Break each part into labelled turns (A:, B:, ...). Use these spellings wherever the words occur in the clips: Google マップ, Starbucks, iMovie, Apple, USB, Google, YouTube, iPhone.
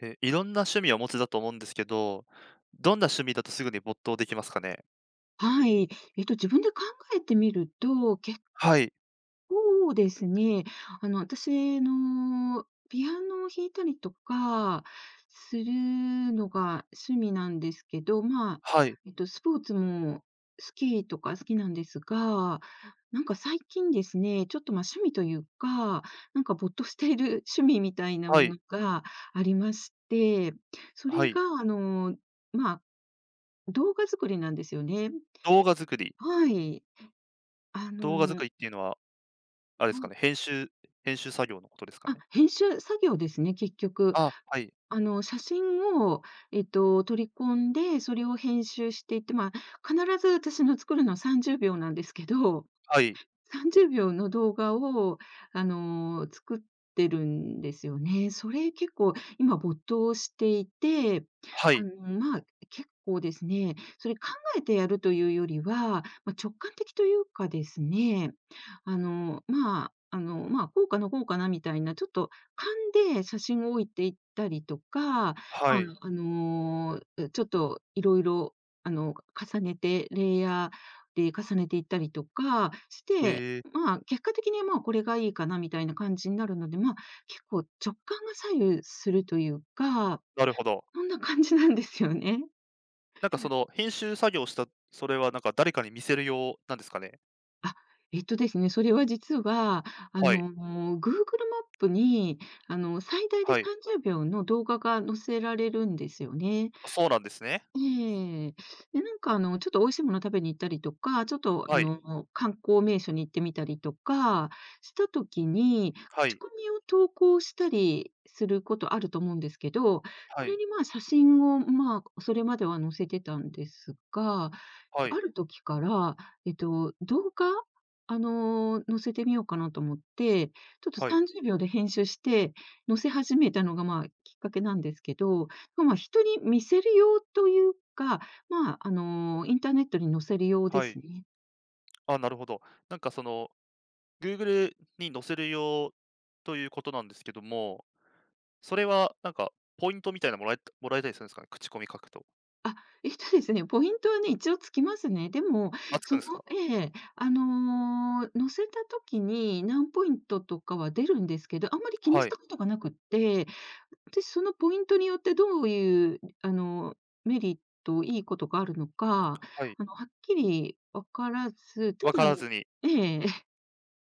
A: いろんな趣味をお持ちだと思うんですけど、どんな趣味だとすぐに没頭できますかね？
B: はい。自分で考えてみると、結
A: はい、
B: 構ですね、私のピアノを弾いたりとかするのが趣味なんですけど、まあ、
A: はい、
B: スポーツも好きなんですが、なんか最近ですね、ちょっとまあ趣味というか、なんか没頭している 趣味みたいな
A: は
B: も
A: い、
B: のがありまして、それ
A: はい。
B: が、まあ、動画作りなんですよね。
A: 動画作り
B: はい。あ
A: 動画作
B: の、
A: りっていうのは、あれで
B: ど
A: す
B: う
A: かね、編集作業のことですか
B: あ、
A: ね？
B: 編集作業ですね、結局。
A: あ、はい、
B: 写真を、取り込んで、それを編集していって、まあ、必ず私の作るのは30秒なんですけど、
A: はい、
B: 30秒の動画を、作ってるんですよね。それ結構今没頭していて、
A: はい、
B: まあ、結構ですね、それ考えてやるというよりは、まあ、直感的というかですね、こうかなこうかなみたいな、ちょっと勘で写真を置いていったりとか、まあ、
A: はい。
B: あの、ちょっといろいろあの、重ねてレイヤーで、重ねていったりとかして、
A: ええ、
B: まあ、結果的に、まあ、これがいいかなみたいな感じになるので、まあ、結構直感が左右するというか、
A: なるほど。
B: そんな感じなんですよね。
A: なんかその編集作業したそれはなんか誰かに見せる用なんですかね？
B: あ、えっとですね、それは実は、あ
A: はい、
B: の、Google マップに、最大で
A: はい。
B: 30秒の動画が載せられるんですよね。
A: あ、そうなんですね。
B: ええ。で、ちょっと美味しいもの食べに行ったりとか、ちょっとあ
A: はい、
B: の、観光名所に行ってみたりとかした時に、
A: は
B: 口
A: い、
B: コミを投稿したりすることあると思うんですけど、
A: は
B: それ
A: い、
B: にまあ、写真をまあ、それまでは載せてたんですが、
A: は
B: あ
A: い、
B: る時から、動画、載せてみようかなと思って、ちょっと
A: はい、
B: 30秒で編集して載せ始めたのがまあ、きっかけなんですけど、ま、あ人に見せる用というか、まあ、インターネットに載せる用で
A: はい。
B: すね。
A: あ、なるほど。なんかその Google に載せる用ということなんですけども、それはなんかポイントみたいなのもらえたりするんですかね？口コミ書くと。
B: あ、ポイントはね、一応つきますね。でも、
A: あ、つく
B: そ
A: んで
B: の、
A: すか？
B: ええ、載せた時に何ポイントとかは出るんですけど、あんまり気に
A: は
B: し
A: い、
B: たことがなくって、私そのポイントによってどういう、メリット、いいことがあるのか、
A: はい。
B: はっきり分からず、た
A: 分
B: だ
A: か
B: あ
A: ら
B: の、
A: ずに、
B: ええ。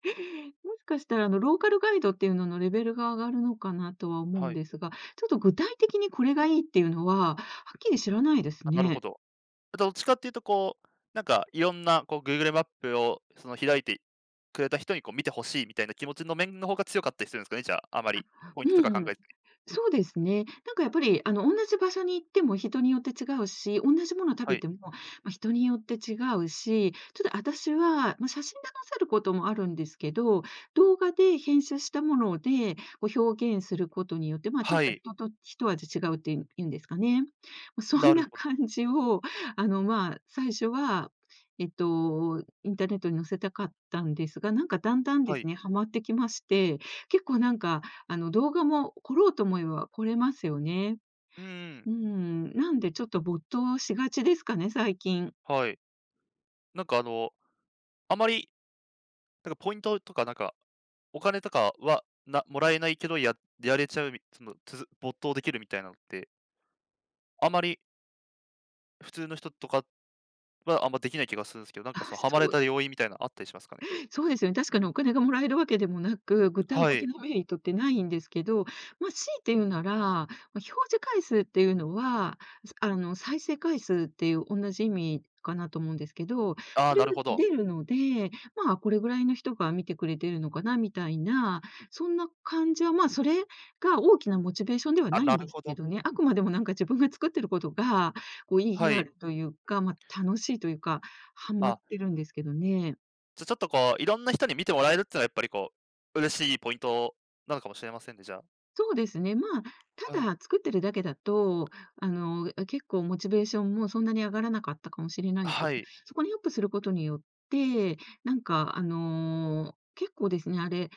B: もしかしたら、ローカルガイドっていうののレベルが上がるのかなとは思う
A: は
B: ん
A: い。
B: ですが、ちょっと具体的にこれがいいっていうのは、はっきり知らないです
A: あ、なるほ
B: ね。
A: ど。どっちかっていうとこう、なんかいろんなこう Google マップをその開いてくれた人にこう見てほしいみたいな気持ちの面の方が強かったりするんですかね？じゃあ、あまりポイントとか考
B: うん。
A: えずに。
B: そうですね。なんかやっぱり、同じ場所に行っても人によって違うし、同じものを食
A: は
B: べ
A: い。
B: ても、まあ、人によって違うし、ちょっと私は、まあ、写真で載せることもあるんですけど、動画で編集したもので、こう表現することによって、まあ、ちょっ
A: は
B: と
A: い、
B: 人と一味違うっていうんですかね。ま、そ
A: な
B: ん
A: る
B: な
A: ほど。
B: 感じを、ま、あ最初は、インターネットに載せたかったんですが、なんかだんだんで
A: は
B: す
A: い。
B: ね、ハマってきまして、結構動画も来ろうと思えば来れますよね。
A: うんうん。
B: うん、なんでちょっと没頭しがちですかね、最近。
A: はい。なんかあの、あまりなんかポイントとかなんかお金とかは、なもらえないけど、やれちゃうみその、つづ没頭できるみたいなのって、あまり普通の人とかは、あんまできない気がするんですけど、な んか
B: あ、
A: その、ハマれ
B: そう
A: た要因みたいなのあったりしますかね？
B: そうですよね。確かにお金がもらえるわけでもなく、具体
A: は
B: 的
A: い。
B: なメリットってないんですけど、まあ、強いて言うなら、ま、表示回数っていうのは、再生回数っていう同じ意味かなと思うんですけど、
A: あ
B: そ
A: あ、
B: れ
A: な
B: が
A: るほど。
B: 出るので、まあ、これぐらいの人が見てくれてるのかなみたいな、そんな感じは、まあ、それが大きなモチベーションでは
A: あ、
B: ない
A: な
B: ん
A: る
B: です
A: ほ
B: け
A: ど。
B: どね。あくまでもなんか自分が作ってることが、こう意義
A: は
B: があ
A: い。
B: るというか、まあ、楽しいというか、ハマっ
A: あ、
B: てるんですけどね。
A: じゃ、ちょっとこう、いろんな人に見てもらえるっていうのはやっぱりこう、嬉しいポイントなのかもしれませんね、じゃあ。
B: そうですね。まあ、
A: は
B: ただ
A: い。
B: 作ってるだけだと、結構モチベーションもそんなに上がらなかったかもしれないけど、
A: はい。
B: そこにアップすることによって、なんか、結構ですね、あれ、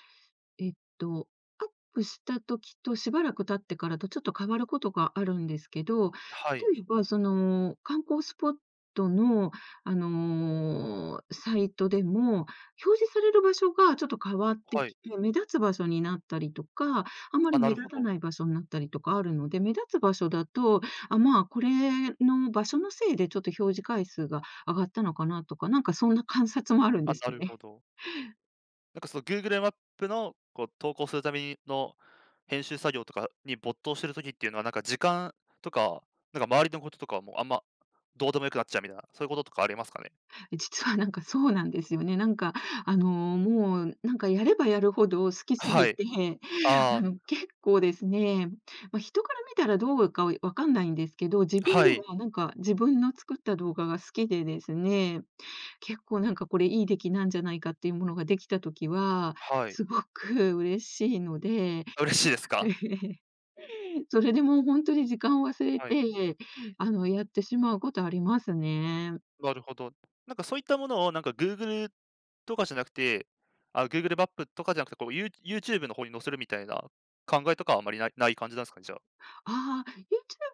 B: えっと、アップした時としばらく経ってからとちょっと変わることがあるんですけど、
A: はい。
B: 例えばその観光スポットの、サイトでも、表示される場所がちょっと変わって
A: はい。
B: きて、目立つ場所になったりとか、あま
A: あ、
B: り
A: な
B: 目
A: る
B: 立
A: ほ
B: た
A: ど。
B: ない場所になったりとかあるので、目立つ場所だと、あ、まあ、これの場所のせいでちょっと表示回数が上がったのかなとか、なんかそんな観察もあるん
A: あ、
B: です
A: な
B: よ
A: る
B: ね。
A: ほど。なんかその Google マップのこう投稿するためにの編集作業とかに没頭してる時っていうのは、なんか時間とか、なんか周りのこととかはもうあんまどうでもよくなっちゃうみたいな、そういうこととかありますかね？
B: 実はなんかそうなんですよね。なんか、もう、なんかやればやるほど好きす
A: は
B: ぎ
A: い。
B: て、
A: ああ、
B: 結構ですね、まあ、人から見たらどうかわかんないんですけど、自分
A: は
B: で
A: い、
B: はなんか自分の作った動画が好きでですね、結構なんかこれいい出来なんじゃないかっていうものができた時は、
A: はい。
B: すごく嬉しいので、
A: あ、嬉しいですか？
B: それでもう本当に時間を忘れ
A: はい、
B: て、やってしまうことありますね。
A: なるほど。なんかそういったものをなんか Google とかじゃなくて、あ、Google マップとかじゃなくて、こうYouTube の方に載せるみたいな考えとかはあまりない感じなんですかね、じゃあ。
B: ああ、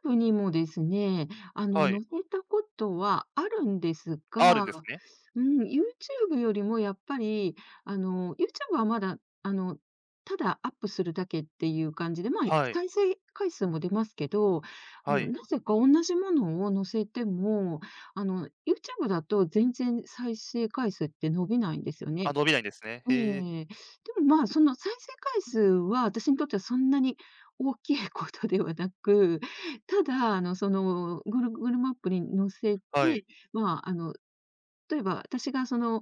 B: YouTube にもですね、
A: はい。
B: 載せたことはあるんです
A: あ、ある
B: が、
A: んですね。
B: うん、YouTube よりもやっぱり、あの、YouTube はまだ、あの、ただアップするだけっていう感じで、まあ、
A: はい、
B: 再生回数も出ますけど、あ
A: は
B: の
A: い。
B: なぜか同じものを載せても、YouTube だと全然再生回数って伸びないんですよね。
A: あ、伸びないんですね。へえ、
B: ええ。でも、まあ、その再生回数は、私にとってはそんなに大きいことではなく、ただ、その、グルグルマップに載せて、
A: はい。
B: まあ、例えば私がその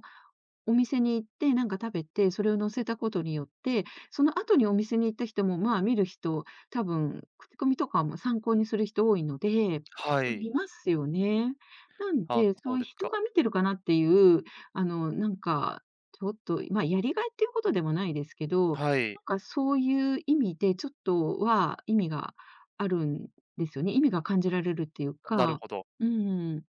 B: お店に行ってなんか食べて、それを載せたことによって、その後にお店に行った人も、まあ、見る人、多分、口コミとかも参考にする人多いので、
A: はい。
B: 見ますよね。なん
A: あ、
B: で、そ
A: そう
B: ういう
A: です
B: 人
A: か。
B: が見てるかなっていう、あの、なんか、ちょっと、まあ、やりがいっていうことでもないですけど、
A: はい。
B: なんかそういう意味で、ちょっとは意味があるんですよね。意味が感じられるっていう
A: なる
B: か、
A: ほど。
B: うん。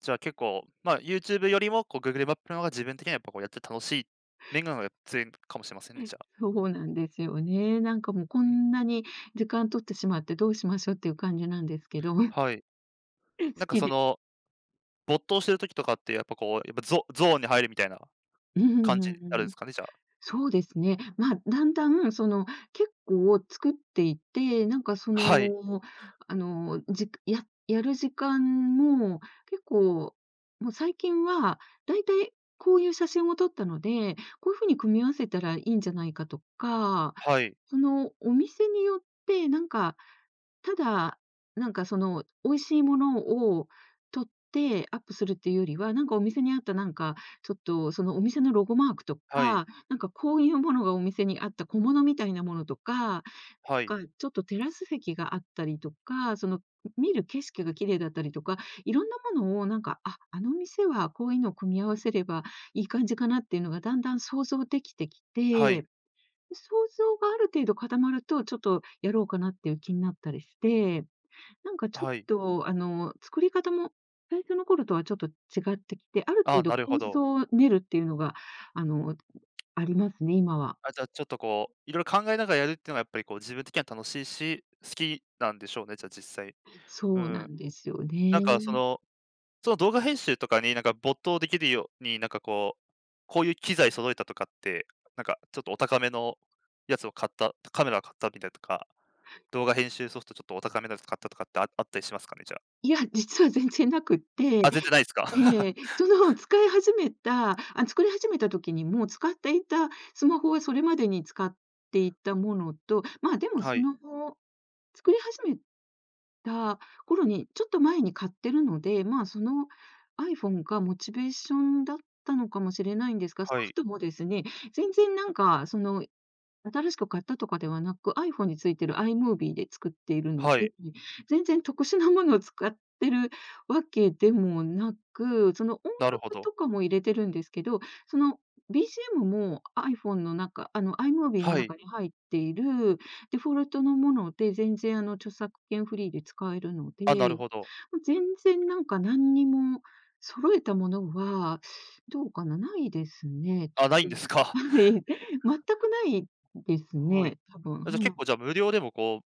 A: じゃあ結構、まあ、YouTube よりも、こう Google マップの方が自分的にはやっぱこうやって楽しい面が強いかもしれませんね、じゃあ。
B: そうなんですよね。なんかもうこ
A: うん、
B: んなに時間取ってしまってどうしましょうっていう感じなんですけど、
A: はい。
B: 好
A: なんか
B: き
A: そ
B: で。
A: の、没頭してる時とかって、やっぱこう、やっぱゾーンに入るみたいな
B: うんう
A: 感
B: ん
A: じ
B: う
A: あるんで
B: ん。
A: すかね、じゃあ。
B: そうですね。まあ、だんだん、結構作っていって、
A: はい。
B: じくややる時間も結構、もう最近はだいたいこういう写真を撮ったので、こういう風に組み合わせたらいいんじゃないかとか、
A: はい。
B: そのお店によってなんかただ、美味しいものを撮ってアップするっていうよりは、なんかお店にあったなんか、ちょっとそのお店のロゴマークと
A: はい。
B: か、なんかこういうものがお店にあった小物みたいなものとか、
A: はい。
B: なんかちょっとテラス席があったりとか、その見る景色が綺麗だったりとか、いろんなものをなんか、あ、あの店はこういうのを組み合わせればいい感じかなっていうのがだんだん想像できてき
A: は
B: て、
A: い。
B: 想像がある程度固まると、ちょっとやろうかなっていう気になったりして。なんかちょっ
A: はい。
B: と、作り方も最初の頃とはちょっと違ってきて、ある程
A: あ
B: 度
A: なるほ
B: 構
A: ど。
B: 想を練るっていうのが、あの、ありますね、今は。
A: あ、じゃあちょっとこう、いろいろ考えながらやるっていうのがやっぱりこう自分的には楽しいし、好きなんでしょうね、じゃあ実際。う
B: そうな
A: ん。
B: んですよ
A: なん
B: ね。
A: かその動画編集とかに、なんか没頭できるように、なんかこう、こういう機材揃えたとかって、なんかちょっとお高めのやつを買った、カメラを買ったみたいとか、動画編集ソフトちょっとお高めのやつ買ったとかって、あったりしますかね？じゃあ。
B: いや、実は全然なくって、
A: あ、全然ないですか？
B: ええ、その使い始めたあ、作り始めた時にもう使っていたスマホはそれまでに使っていたものと、まあ、でも
A: は
B: そ
A: い、
B: の、作り始めた頃に、ちょっと前に買ってるので、まあ、その iPhone がモチベーションだったのかもしれないんですが、ソ
A: は
B: フ
A: い、
B: トもですね、全然なんかその新しく買ったとかではなく、iPhone についてる iMovie で作っているの
A: はい、
B: で、全然特殊なものを使ってるわけでもなく、その音
A: なるほ
B: 楽
A: ど。
B: とかも入れてるんですけど、その BGM も iPhone の中、あの iMovie の
A: はい。
B: 中に入っているデフォルトのもので、全然あの著作権フリーで使えるので、
A: あ、なるほど。
B: 全然なんか何にも揃えたものは、どうかな、ないですね。
A: あ、ないん
B: 特
A: ですか。
B: にはい。全くないです
A: はい。
B: ね、多分、
A: じゃ、結
B: はい。
A: 構じゃあ、無料でもこ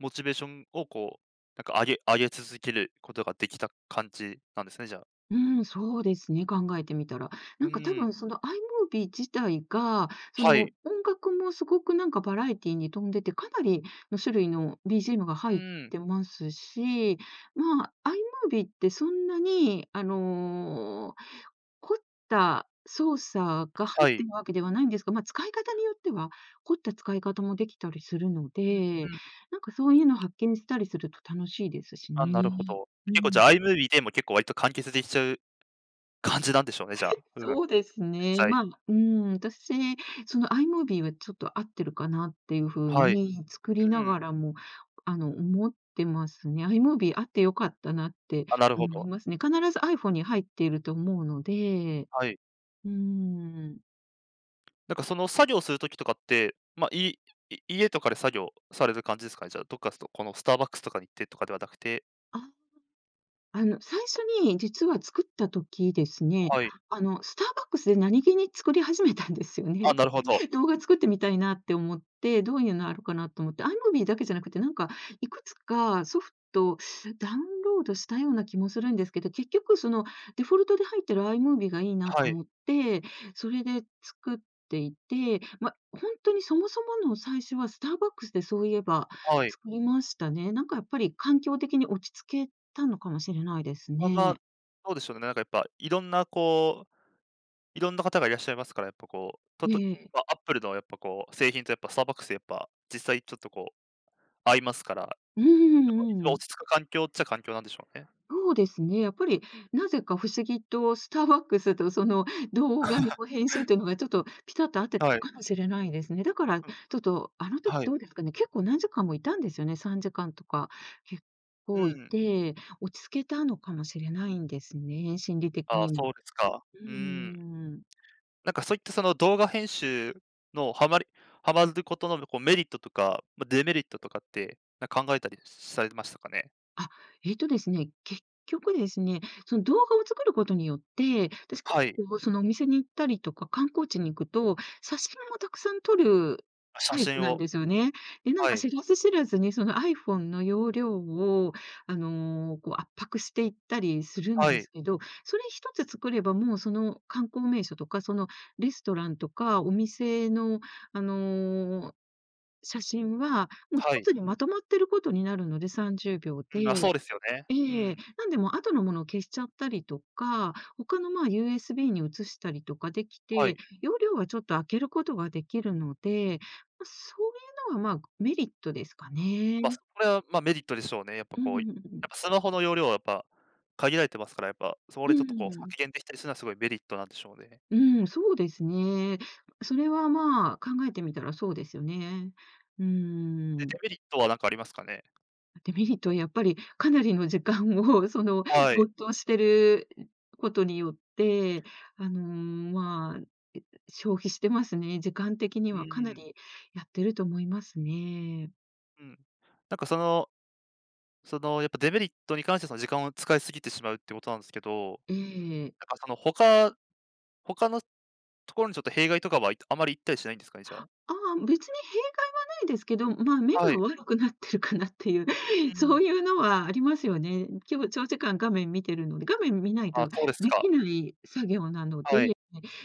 A: う、モチベーションをこう、なんか上げ続けることができた感じなんですね、じゃあ。
B: うん、そうですね、考えてみたら。
A: うー
B: なんか多
A: ん、
B: 分その iMovie 自体が、そ
A: は
B: の
A: い。
B: 音楽もすごくなんかバラエティに富んでて、かなりの種類の BGM が
A: う
B: 入っ
A: ーん、
B: てますし、まあ、iMovie ってそんなに、凝った操作が入
A: は
B: って
A: い。
B: るわけではないんですが、まあ、使い方によっては、凝った使い方もできたりするの
A: う
B: で、
A: ん。
B: なんかそういうの発見したりすると楽しいですし
A: あ、なるほ
B: ね。
A: ど。
B: う
A: 結構じ
B: ん。
A: ゃあ、iMovie でも結構割と完結できちゃう感じなんでしょうね、じゃあ。うん、実
B: そうですね。
A: 際。
B: まあ、うん、私、その iMovie はちょっと合ってるかなっていう風
A: はい。
B: に作り
A: う
B: なが
A: ん。
B: らも、思ってますね。iMovie あって良かったなって
A: あ、なるほ
B: 思い
A: ど。
B: ますね。必ず iPhone に入っていると思うので、
A: はい。
B: うん。
A: なんかその作業する時とかって、ま、いい家とかで作業される感じですかね？じゃあ、どっかすとこのスターバックスとかに行ってとかではなくて
B: あ、最初に実は作った時ですね、
A: はい。
B: スターバックスで何気に作り始めたんですよ
A: あ、
B: ね。
A: なるほど。
B: 動画作ってみたいなって思って、どういうのあるかなと思って、iMovie だけじゃなくて、なんかいくつかソフトダウンロードしたような気もするんですけど、結局そのデフォルトで入ってる iMovie がいいな
A: は
B: と
A: い、
B: 思って、それで作っていて、ま、ほんとにそもそもの最初はスターバックスでそういえば
A: はい。
B: 作りましたね。なんかやっぱり環境的に落ち着けたのかもしれないです
A: あ、
B: ね。
A: まあ、そうでしょうね。なんかやっぱいろんなこう、いろんな方がいらっしゃいますから、やっぱこう、
B: ええ。
A: ま、Apple のやっぱこう、製品とやっぱスターバックスやっぱ実際ちょっとこう合いますからやっ
B: うんう
A: ぱ一
B: んう
A: 番
B: ん。
A: 落ち着く環境っちゃ環境なんでしょうね。
B: そうですね。やっぱり、なぜか不思議とスターバックスとその動画の編集というのがちょっとピタッと合ってた
A: は
B: のか
A: い。
B: もしれないですね。だから、ち
A: うん、
B: ょっとあの時
A: は
B: ど
A: い。
B: うですかね、結構何時間もいたんですよね、3時間とか。結
A: う
B: 構い
A: ん。
B: て、落ち着けたのかもしれないんですね、心理的
A: ああ、
B: にも。
A: そうですか。
B: う
A: うーん。
B: ーん。
A: なんかそういったその動画編集のハマることのこうメリットとか、ま、デメリットとかって、なん考えたりされましたかね？
B: あ、ええとですね、結局ですね、その動画を作ることによって、私結
A: はい。
B: 構そのお店に行ったりとか、観光地に行くと、写真もたくさん撮る
A: あ、写
B: タイプ
A: 真
B: なん
A: を
B: ですよね。で、なん
A: は
B: か
A: い、
B: 知らず知らずにその iPhone の容量を、こう圧迫していったりするん
A: は
B: です
A: い、
B: けど、それ一つ作ればもうその観光名所とか、そのレストランとかお店の、あの、写真はもう一
A: はい。
B: つにまとまってることになるので、30秒
A: う
B: で
A: ん、ま、そうですよね。う
B: ええ、
A: ん、
B: なんでも後のものを消しちゃったりとか、他のまあ USB に移したりとかでき
A: は
B: て、
A: い。
B: 容量はちょっと空けることができるので、まあ、そういうのはまあメリットですかね。
A: ま、それは、ま、メリットでしょうね。やっぱ
B: う
A: こ
B: ん
A: う、
B: う
A: やっ
B: んうん。
A: ぱスマホの容量はやっぱ限られてますから、やっぱそれちょっとこう削減できたりするのはすごいメリットなんでしょうね。
B: そうですね。それはまあ考えてみたらそうですよね。う
A: で、
B: ん。
A: デメリットはなんかありますかね？
B: デメリットはやっぱりかなりの時間をその
A: はい。
B: 没頭してることによって、あの、まあ、え、消費してますね。時間的に
A: う
B: はかな
A: ん、
B: りやってると思いますね。
A: うん。なんかそのやっぱデメリットに関してその時間を使いすぎてしまうってことなんですけど、なん
B: ええ。
A: かその他のところにちょっと弊害とかはいあまり行ったりしないんですかね、じゃあ。
B: ああ、別に弊害はないですけど、まあ、目
A: は
B: が
A: い。
B: 悪くなってるかなっていう、
A: う
B: そ
A: ん。
B: ういうのはありますよね。今日長時間画面見てるので、画面見ない
A: あ、
B: と
A: そうです
B: で
A: か。
B: きない作業なので、
A: はい、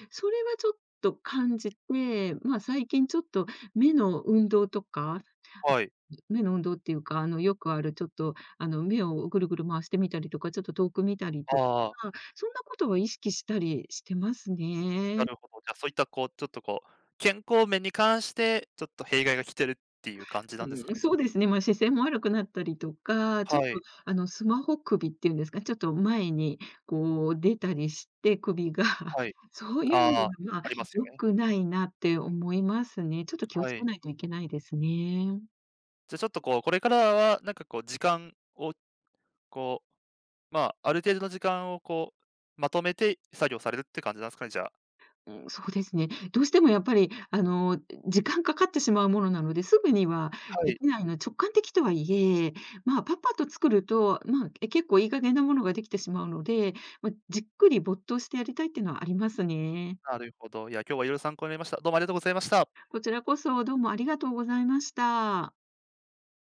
B: それはちょっと感じて、まあ、最近ちょっと目の運動とか、
A: はい。
B: 目の運動っていうか、よくあるちょっと、目をぐるぐる回してみたりとか、ちょっと遠く見たりと
A: ああ、
B: か、そんなことは意識したりしてます
A: な
B: ね。
A: るほど。じゃあそういったこうちょっとこう、健康面に関して、ちょっと弊害が来てるっていう感じな
B: うん、
A: んですかね、じゃ
B: そうで
A: あ。
B: すね、まあ、視線も悪くなったりとか、ちょっ
A: はい、
B: とあのスマホ首っていうんですか、ちょっと前にこう出たりして首が、
A: はい。
B: そういう
A: ああ、
B: のは、ま、
A: ありますよ
B: 良
A: ね。
B: くないなって思いますね。ちょっと気を
A: は
B: つけ
A: い。
B: ないといけないですね。
A: じゃあちょっとこう、これからはなんかこう時間をこうまあ、ある程度の時間をこう、まとめて作業されるって感じなんですかね、じゃあ。
B: うん、そうですね。どうしてもやっぱりあの、時間かかってしまうものなので、すぐには
A: は
B: で
A: い。
B: きないの直感的とはいえ、まあ、パッパッと作ると、まあ、結構いい加減なものができてしまうので、まあ、じっくり没頭してやりたいっていうのはありますね。
A: なるほど。いや、今日はいろいろ参考になりました。どうもありがとうございました。
B: こちらこそどうもありがとうございました。